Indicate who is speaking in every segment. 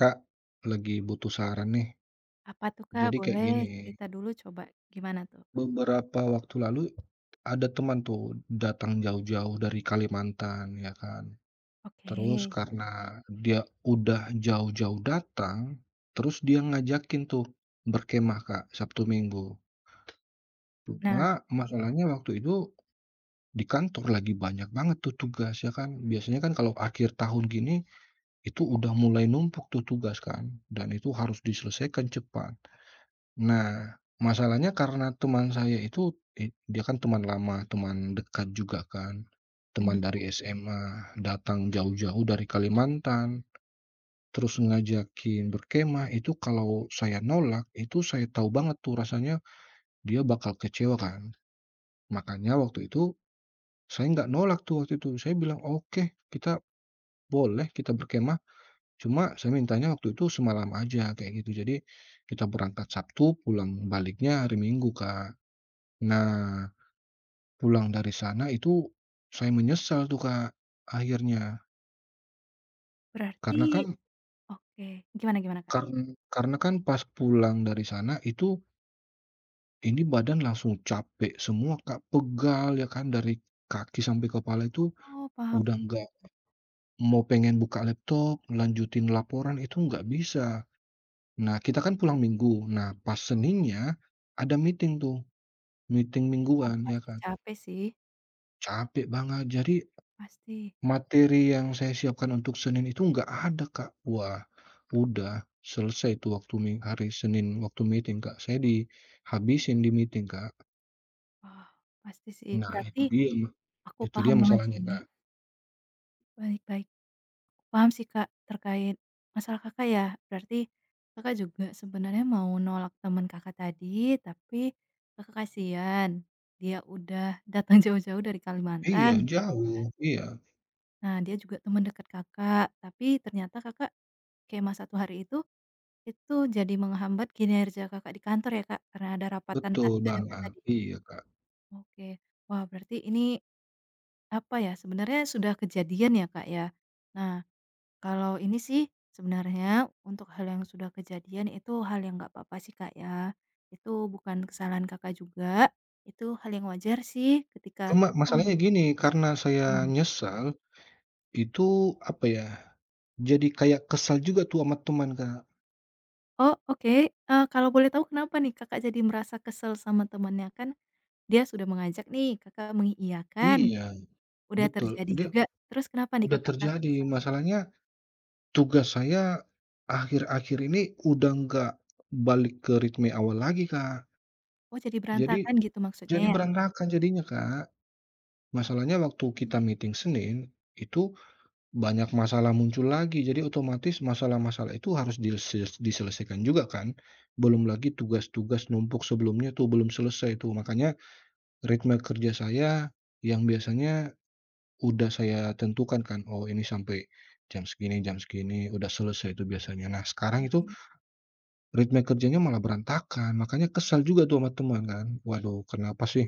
Speaker 1: Kak, lagi butuh saran nih.
Speaker 2: Apa tuh, Kak?
Speaker 1: Jadi kayak
Speaker 2: Boleh
Speaker 1: gini,
Speaker 2: cerita dulu coba, gimana tuh?
Speaker 1: beberapa waktu lalu ada teman tuh datang jauh-jauh dari Kalimantan, ya kan.
Speaker 2: Oke.
Speaker 1: Terus karena dia udah jauh-jauh datang, terus dia ngajakin tuh berkemah Kak, Sabtu Minggu.
Speaker 2: Nah,
Speaker 1: Cuma masalahnya waktu itu di kantor lagi banyak banget tuh tugas ya kan. Biasanya kan kalau akhir tahun gini itu udah mulai numpuk tuh tugas kan dan itu harus diselesaikan cepat. Nah, masalahnya karena teman saya itu, dia kan teman lama, teman dekat juga kan, teman
Speaker 2: bener.
Speaker 1: dari SMA, datang jauh-jauh dari Kalimantan, terus ngajakin berkemah, itu kalau saya nolak, itu saya tahu banget tuh rasanya dia bakal kecewa kan. Makanya waktu itu saya nggak nolak tuh waktu itu, saya bilang, "Oke, kita boleh, kita berkemah, cuma saya mintanya waktu itu semalam aja," kayak gitu. Jadi kita berangkat Sabtu, pulang baliknya hari Minggu, Kak. Nah, pulang dari sana itu saya menyesal tuh, Kak, akhirnya.
Speaker 2: Berarti
Speaker 1: Karena kan
Speaker 2: oke, gimana gimana, Kak?
Speaker 1: karena kan pas pulang dari sana itu, ini badan langsung capek semua, Kak, pegal ya kan dari kaki sampai kepala itu
Speaker 2: Oh, paham
Speaker 1: udah nggak mau pengen buka laptop, lanjutin laporan itu nggak bisa. Nah, kita kan pulang Minggu, nah pas Seninnya ada meeting tuh, meeting
Speaker 2: paham,
Speaker 1: mingguan ya
Speaker 2: pasti
Speaker 1: kan,
Speaker 2: capek sih,
Speaker 1: capek banget. Jadi
Speaker 2: pasti.
Speaker 1: materi yang saya siapkan untuk Senin itu nggak ada, Kak. Wah, udah selesai tuh waktu hari Senin waktu meeting, Kak. Saya dihabisin di meeting, Kak.
Speaker 2: Wah, pasti sih.
Speaker 1: Nah,
Speaker 2: Berarti
Speaker 1: itu dia ma
Speaker 2: aku
Speaker 1: itu dia
Speaker 2: paham banget sih
Speaker 1: masalahnya,
Speaker 2: ini.
Speaker 1: Kak.
Speaker 2: Baik baik. Paham sih, Kak, terkait masalah Kakak ya. Berarti Kakak juga sebenarnya mau nolak teman Kakak tadi, tapi Kakak kasihan, dia udah datang jauh-jauh dari
Speaker 1: Iya,
Speaker 2: Kalimantan.
Speaker 1: jauh. Iya,
Speaker 2: Nah, dia juga teman dekat Kakak, tapi ternyata Kakak kemah satu hari itu jadi menghambat kinerja Kakak di kantor ya, Kak? Karena ada rapatan ta
Speaker 1: betul
Speaker 2: dadakan
Speaker 1: banget.
Speaker 2: tadi?
Speaker 1: Iya, Kak.
Speaker 2: Oke. Wah, berarti ini, apa ya, sebenarnya sudah kejadian ya, Kak, ya? Nah, kalau ini sih sebenarnya untuk hal yang sudah kejadian itu hal yang nggak apa-apa sih, Kak, ya. Itu bukan kesalahan Kakak juga, itu hal yang wajar sih ketika
Speaker 1: Cuma
Speaker 2: kita.
Speaker 1: masalahnya gini, karena saya nyesal, itu apa ya, jadi kayak kesal juga tuh sama teman, Kak.
Speaker 2: Oh, oke, kalau boleh tahu kenapa nih Kakak jadi merasa kesel sama temannya? Kan dia sudah mengajak nih, Kakak mengiyakan,
Speaker 1: Iya,
Speaker 2: udah
Speaker 1: betul.
Speaker 2: terjadi
Speaker 1: Dia
Speaker 2: juga, terus kenapa nih
Speaker 1: udah
Speaker 2: Kakak merasa
Speaker 1: terjadi,
Speaker 2: kesel?
Speaker 1: masalahnya tugas saya akhir-akhir ini udah nggak balik ke ritme awal lagi, Kak.
Speaker 2: Oh, jadi
Speaker 1: Jadi
Speaker 2: berantakan gitu maksudnya ya?
Speaker 1: berantakan jadinya, Kak. Masalahnya waktu
Speaker 2: Oke,
Speaker 1: kita meeting Senin, itu banyak masalah muncul lagi. Jadi otomatis masalah-masalah itu harus diselesaikan juga kan. Belum lagi tugas-tugas numpuk sebelumnya tuh belum selesai tuh. Makanya ritme kerja saya yang biasanya udah saya tentukan kan, oh ini sampai jam segini udah selesai itu biasanya. Nah sekarang itu
Speaker 2: oke.
Speaker 1: ritme kerjanya malah berantakan, makanya kesal juga tuh sama teman kan, "Waduh kenapa sih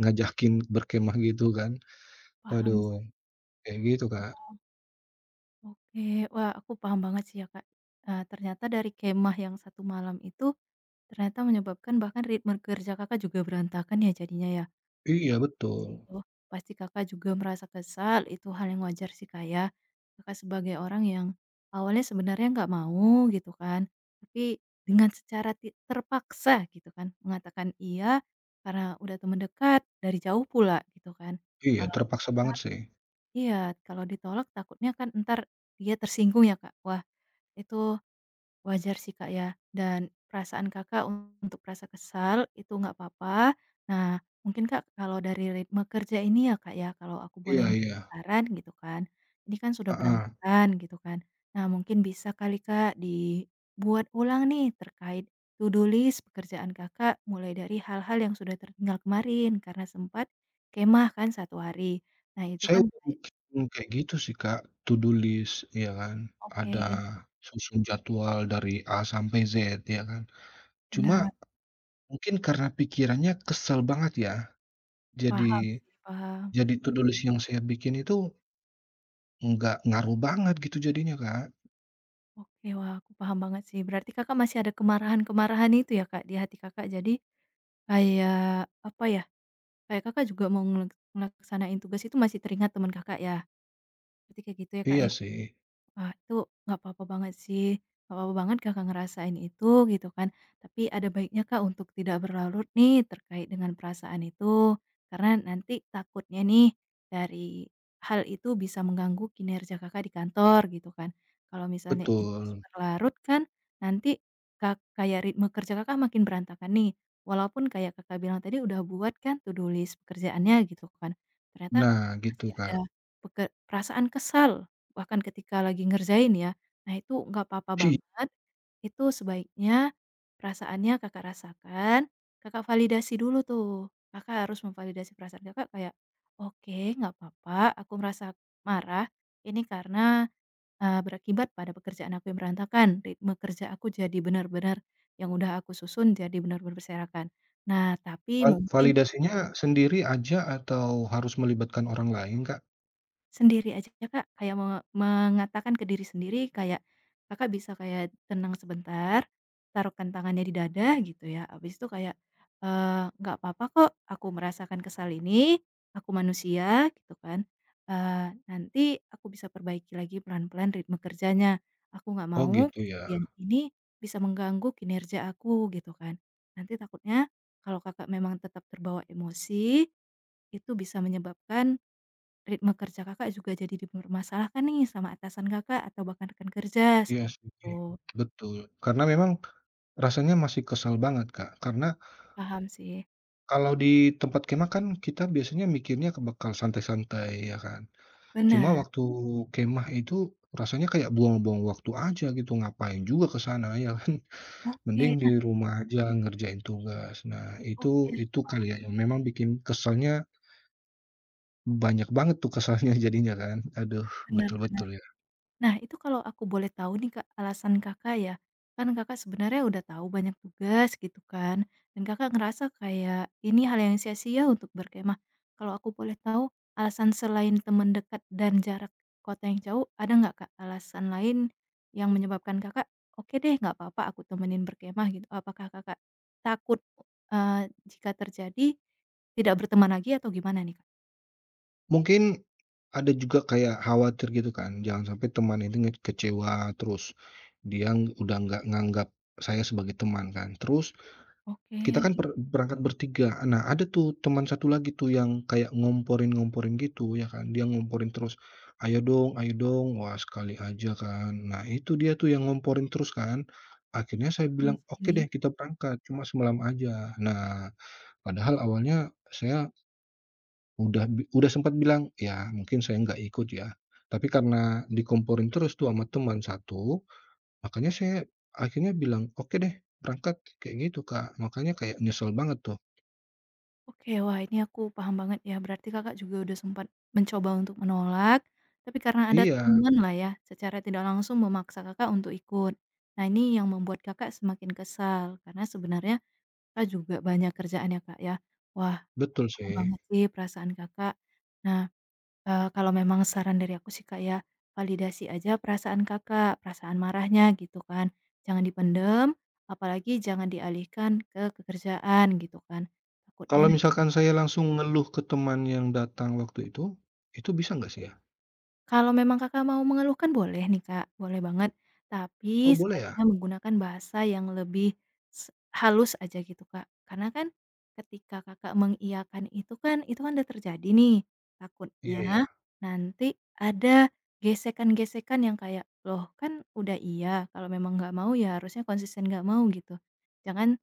Speaker 1: ngajakin berkemah gitu kan?"
Speaker 2: Paham
Speaker 1: Waduh,
Speaker 2: sih,
Speaker 1: kayak gitu, Kak.
Speaker 2: paham. Oke, wah aku paham banget sih ya, Kak, ternyata dari kemah yang satu malam itu ternyata menyebabkan bahkan ritme kerja Kakak juga berantakan ya jadinya ya?
Speaker 1: Iya betul,
Speaker 2: Oh, pasti Kakak juga merasa kesal, itu hal yang wajar sih Kak ya. Kakak sebagai orang yang awalnya sebenarnya nggak mau gitu kan, tapi dengan secara ti terpaksa gitu kan, mengatakan iya karena udah temen dekat, dari jauh pula gitu kan.
Speaker 1: iya
Speaker 2: Kalau
Speaker 1: terpaksa banget
Speaker 2: ditolak
Speaker 1: sih.
Speaker 2: iya, kalau ditolak takutnya kan entar dia tersinggung ya Kak. Wah, itu wajar sih, Kak, ya, dan perasaan Kakak untuk rasa kesal itu nggak apa-apa. Nah, mungkin, Kak, kalau dari ritme kerja ini ya, Kak, ya, kalau aku boleh
Speaker 1: Iya iya,
Speaker 2: memberikan saran gitu kan, ini kan sudah
Speaker 1: heeh.
Speaker 2: berantakan gitu kan. Nah, mungkin bisa kali, Kak, dibuat ulang nih terkait to do list pekerjaan Kakak mulai dari hal-hal yang sudah tertinggal kemarin karena sempat kemah kan satu hari. Nah, itu
Speaker 1: Saya
Speaker 2: kan
Speaker 1: udah
Speaker 2: kayak
Speaker 1: bikin kayak gitu sih, Kak, to do list ya kan,
Speaker 2: oke,
Speaker 1: ada susun jadwal dari A sampai Z ya kan. Cuma
Speaker 2: benar,
Speaker 1: mungkin karena pikirannya kesel banget ya,
Speaker 2: paham
Speaker 1: jadi
Speaker 2: sih, paham.
Speaker 1: to do list yang saya bikin itu nggak ngaruh banget gitu jadinya, Kak.
Speaker 2: Oke, wah aku paham banget sih. Berarti Kakak masih ada kemarahan-kemarahan itu ya, Kak, di hati Kakak. Jadi kayak apa ya, kayak Kakak juga mau ngelak ngelaksanain tugas itu masih teringat teman Kakak ya? Berarti kayak gitu ya, Kak,
Speaker 1: Iya
Speaker 2: ya?
Speaker 1: sih,
Speaker 2: Wah, itu nggak apa-apa banget sih, nggak apa-apa banget Kakak ngerasain itu gitu kan. Tapi ada baiknya Kak untuk tidak berlarut nih terkait dengan perasaan itu, karena nanti takutnya nih dari hal itu bisa mengganggu kinerja Kakak di kantor gitu kan. Kalau misalnya ini terus
Speaker 1: betul.
Speaker 2: berlarut kan nanti kak kayak ritme kerja Kakak makin berantakan nih. Walaupun kayak Kakak bilang tadi udah buat kan to do list pekerjaannya gitu kan. Ternyata
Speaker 1: Nah gitu,
Speaker 2: masih
Speaker 1: Kak.
Speaker 2: ada peke perasaan kesal bahkan ketika lagi ngerjain ya. Nah itu nggak apa-apa
Speaker 1: Iya,
Speaker 2: banget, itu sebaiknya perasaannya Kakak rasakan, Kakak validasi dulu tuh. Kakak harus memvalidasi perasaan Kakak kayak, "Oke nggak apa-apa aku merasa marah, ini karena, berakibat pada pekerjaan aku yang berantakan, ritme kerja aku jadi benar-benar yang udah aku susun jadi benar-benar berserakan." Nah tapi mungkin
Speaker 1: validasinya sendiri aja atau harus melibatkan orang lain, Kak?
Speaker 2: sendiri aja ya, Kak, kayak me mengatakan ke diri sendiri kayak, Kakak bisa kayak tenang sebentar, taruhkan tangannya di dada gitu ya, habis itu kayak, "Nggak apa-apa kok aku merasakan kesal ini, aku manusia," gitu kan, "nanti aku bisa perbaiki lagi pelan-pelan ritme kerjanya, aku nggak
Speaker 1: Oh
Speaker 2: mau
Speaker 1: gitu ya?
Speaker 2: kejadian ini bisa mengganggu kinerja aku," gitu kan. Nanti takutnya kalau Kakak memang tetap terbawa emosi, itu bisa menyebabkan ritme kerja Kakak juga jadi dipermasalahkan nih sama atasan Kakak atau bahkan rekan kerja,
Speaker 1: Iya
Speaker 2: seperti
Speaker 1: sih,
Speaker 2: itu.
Speaker 1: betul. Karena memang rasanya masih kesal banget, Kak. Karena
Speaker 2: Paham sih.
Speaker 1: kalau di tempat kemah kan kita biasanya mikirnya ke bekal santai-santai ya kan. Cuma
Speaker 2: Benar.
Speaker 1: waktu kemah itu rasanya kayak buang-buang waktu aja gitu, ngapain juga ke sana ya kan?
Speaker 2: Oke,
Speaker 1: Mending di
Speaker 2: nah
Speaker 1: rumah aja ngerjain tugas. Nah,
Speaker 2: oke, aku
Speaker 1: itu kali
Speaker 2: paham.
Speaker 1: ya yang memang bikin keselnya banyak banget tuh keselnya jadinya kan. Aduh,
Speaker 2: Benar benar.
Speaker 1: betul-betul ya.
Speaker 2: Nah, itu kalau aku boleh tahu nih, Kak, alasan Kakak ya, kan Kakak sebenarnya udah tahu banyak tugas gitu kan, dan Kakak ngerasa kayak ini hal yang sia-sia untuk berkemah. Kalau aku boleh tahu, alasan selain teman dekat dan jarak kota yang jauh, ada nggak, Kak, alasan lain yang menyebabkan Kakak, "Oke deh, nggak apa-apa aku temenin berkemah," gitu? Apakah Kakak takut, eee, jika terjadi tidak berteman lagi atau gimana nih, Kak?
Speaker 1: Mungkin ada juga kayak khawatir gitu kan, jangan sampai teman itu kecewa terus. Udah nggak nganggap saya sebagai teman kan. Terus kita kan
Speaker 2: Oke,
Speaker 1: berangkat bertiga. Nah, ada tuh teman satu lagi tuh yang kayak ngomporin-ngomporin gitu ya kan, dia ngomporin terus, "Ayo dong ayo dong." Wah, sekali aja kan. Nah, itu dia tuh yang ngomporin terus kan. Akhirnya saya
Speaker 2: paham
Speaker 1: bilang,
Speaker 2: sih
Speaker 1: "Oke
Speaker 2: ini.
Speaker 1: deh kita berangkat, cuma semalam aja." Nah, padahal awalnya saya udah sempat bilang, "Ya mungkin saya nggak ikut ya." Tapi karena dikomporin terus tuh sama teman satu, makanya saya akhirnya bilang, "Oke deh berangkat," kayak gitu, Kak. Makanya kayak nyesel banget tuh.
Speaker 2: Oke, wah ini aku paham banget ya, berarti Kakak juga udah sempat mencoba untuk menolak, tapi karena ada
Speaker 1: Iya,
Speaker 2: teman lah ya, secara tidak langsung memaksa Kakak untuk ikut. Nah ini yang membuat Kakak semakin kesal, karena sebenarnya Kakak juga banyak kerjaan ya Kak ya. Wah, aku
Speaker 1: betul
Speaker 2: paham
Speaker 1: sih.
Speaker 2: banget sih perasaan Kakak. Nah, kalau memang saran dari aku sih Kak ya, validasi aja perasaan Kakak, perasaan marahnya gitu kan. Jangan dipendem apalagi jangan dialihkan ke pekerjaan gitu kan, takutnya
Speaker 1: Kalau misalkan saya langsung ngeluh ke teman yang datang waktu itu bisa nggak
Speaker 2: nanti.
Speaker 1: sih ya?
Speaker 2: Kalau memang Kakak mau mengeluhkan boleh nih Kak, boleh banget,
Speaker 1: Oh
Speaker 2: tapi
Speaker 1: boleh ya?
Speaker 2: sebaiknya menggunakan bahasa yang lebih s halus aja gitu Kak. Karena kan ketika Kakak mengiyakan itu kan udah terjadi nih, takutnya
Speaker 1: Iya ya?
Speaker 2: nanti ada gesekan-gesekan yang kayak, "Loh kan udah iya, kalau memang nggak mau ya harusnya konsisten nggak mau," gitu. Jangan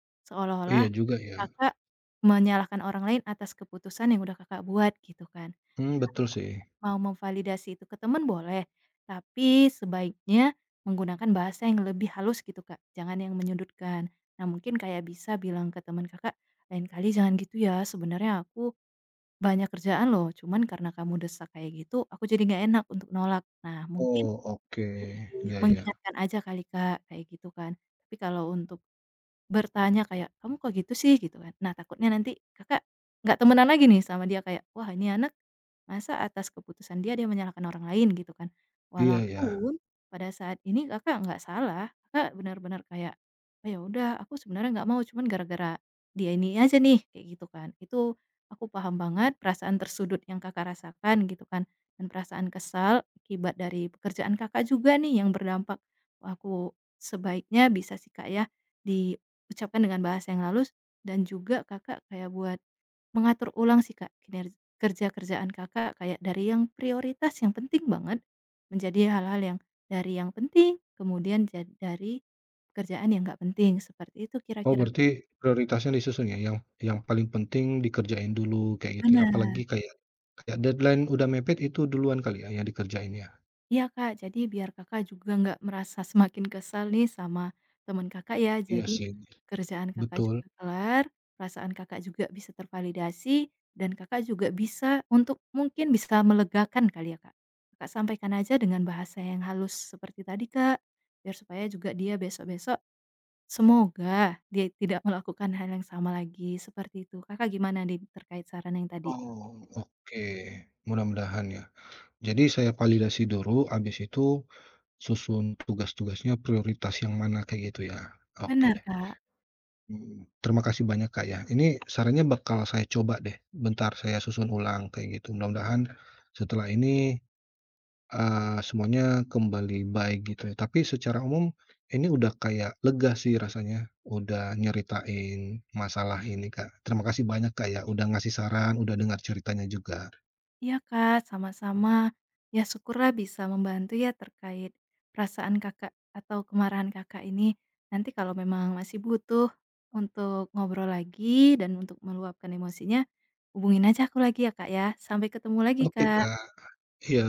Speaker 1: Oh
Speaker 2: seolah-olah
Speaker 1: iya juga ya?
Speaker 2: Kakak menyalahkan orang lain atas keputusan yang udah Kakak buat gitu kan.
Speaker 1: Hmm
Speaker 2: Nah,
Speaker 1: betul sih.
Speaker 2: mau memvalidasi itu ke teman boleh, tapi sebaiknya menggunakan bahasa yang lebih halus gitu, Kak, jangan yang menyudutkan. Nah, mungkin kayak bisa bilang ke teman Kakak, "Lain kali jangan gitu ya, sebenarnya aku banyak kerjaan loh, cuman karena kamu desak kayak gitu, aku jadi nggak enak untuk nolak." Nah, mungkin
Speaker 1: Oh oke,
Speaker 2: lebih
Speaker 1: iya iya.
Speaker 2: mengingatkan aja kali, Kak, kayak gitu kan. Tapi kalau untuk bertanya kayak, "Kamu kok gitu sih?" Gitu kan. Nah, takutnya nanti Kakak nggak temenan lagi nih sama dia kayak, "Wah, ini anak, masa atas keputusan dia, dia menyalahkan orang lain gitu kan.
Speaker 1: Iya ya.
Speaker 2: Walaupun pada saat ini Kakak nggak salah, Kakak benar-benar kayak, "Oh ya udah aku sebenarnya nggak mau, cuman gara-gara dia ini aja nih," kayak gitu kan. Itu aku paham banget perasaan tersudut yang Kakak rasakan gitu kan, dan perasaan kesal akibat dari pekerjaan Kakak juga nih yang berdampak. Wah aku sebaiknya bisa sih Kak ya diucapkan dengan bahasa yang halus dan juga Kakak kayak buat mengatur ulang sih Kak kinerja kerja-kerjaan Kakak kayak dari yang prioritas yang penting banget, menjadi hal-hal yang dari yang penting, kemudian jad dari pekerjaan yang nggak penting, seperti itu
Speaker 1: Oh
Speaker 2: kira-kira,
Speaker 1: berarti prioritasnya disusun ya, yang paling penting dikerjain dulu kayak gitu ya,
Speaker 2: mana?
Speaker 1: apalagi kayak kayak deadline udah mepet itu duluan kali ya yang dikerjain ya?
Speaker 2: Iya Kak, jadi biar Kakak juga nggak merasa semakin kesal nih sama teman Kakak ya,
Speaker 1: Iya
Speaker 2: jadi
Speaker 1: sih,
Speaker 2: kerjaan Kakak
Speaker 1: betul.
Speaker 2: juga kelar, perasaan Kakak juga bisa tervalidasi, dan Kakak juga bisa untuk mungkin bisa melegakan kali ya Kak. Kakak sampaikan aja dengan bahasa yang halus seperti tadi Kak, biar supaya juga dia besok-besok semoga dia tidak melakukan hal yang sama lagi, seperti itu. Kakak gimana nih terkait saran yang tadi?
Speaker 1: Oh oke, mudah-mudahan ya. Jadi saya validasi dulu habis itu susun tugas-tugasnya, prioritas yang mana, kayak gitu ya? Oke
Speaker 2: Benar
Speaker 1: deh,
Speaker 2: Kak.
Speaker 1: mhm. Terima kasih banyak, Kak, ya. Ini sarannya bakal saya coba deh, bentar saya susun ulang kayak gitu. Mudah-mudahan setelah ini, semuanya kembali baik gitu ya. Tapi secara umum ini udah kayak lega sih rasanya, udah nyeritain masalah ini, Kak. Terima kasih banyak, Kak, ya, udah ngasih saran, udah dengar ceritanya juga.
Speaker 2: Iya Kak, sama-sama. Ya syukurlah bisa membantu ya terkait perasaan Kakak atau kemarahan Kakak ini. Nanti kalau memang masih butuh untuk ngobrol lagi dan untuk meluapkan emosinya, hubungin aja aku lagi ya Kak ya. Sampai ketemu lagi
Speaker 1: Oke, Kak,
Speaker 2: Kak.
Speaker 1: iya.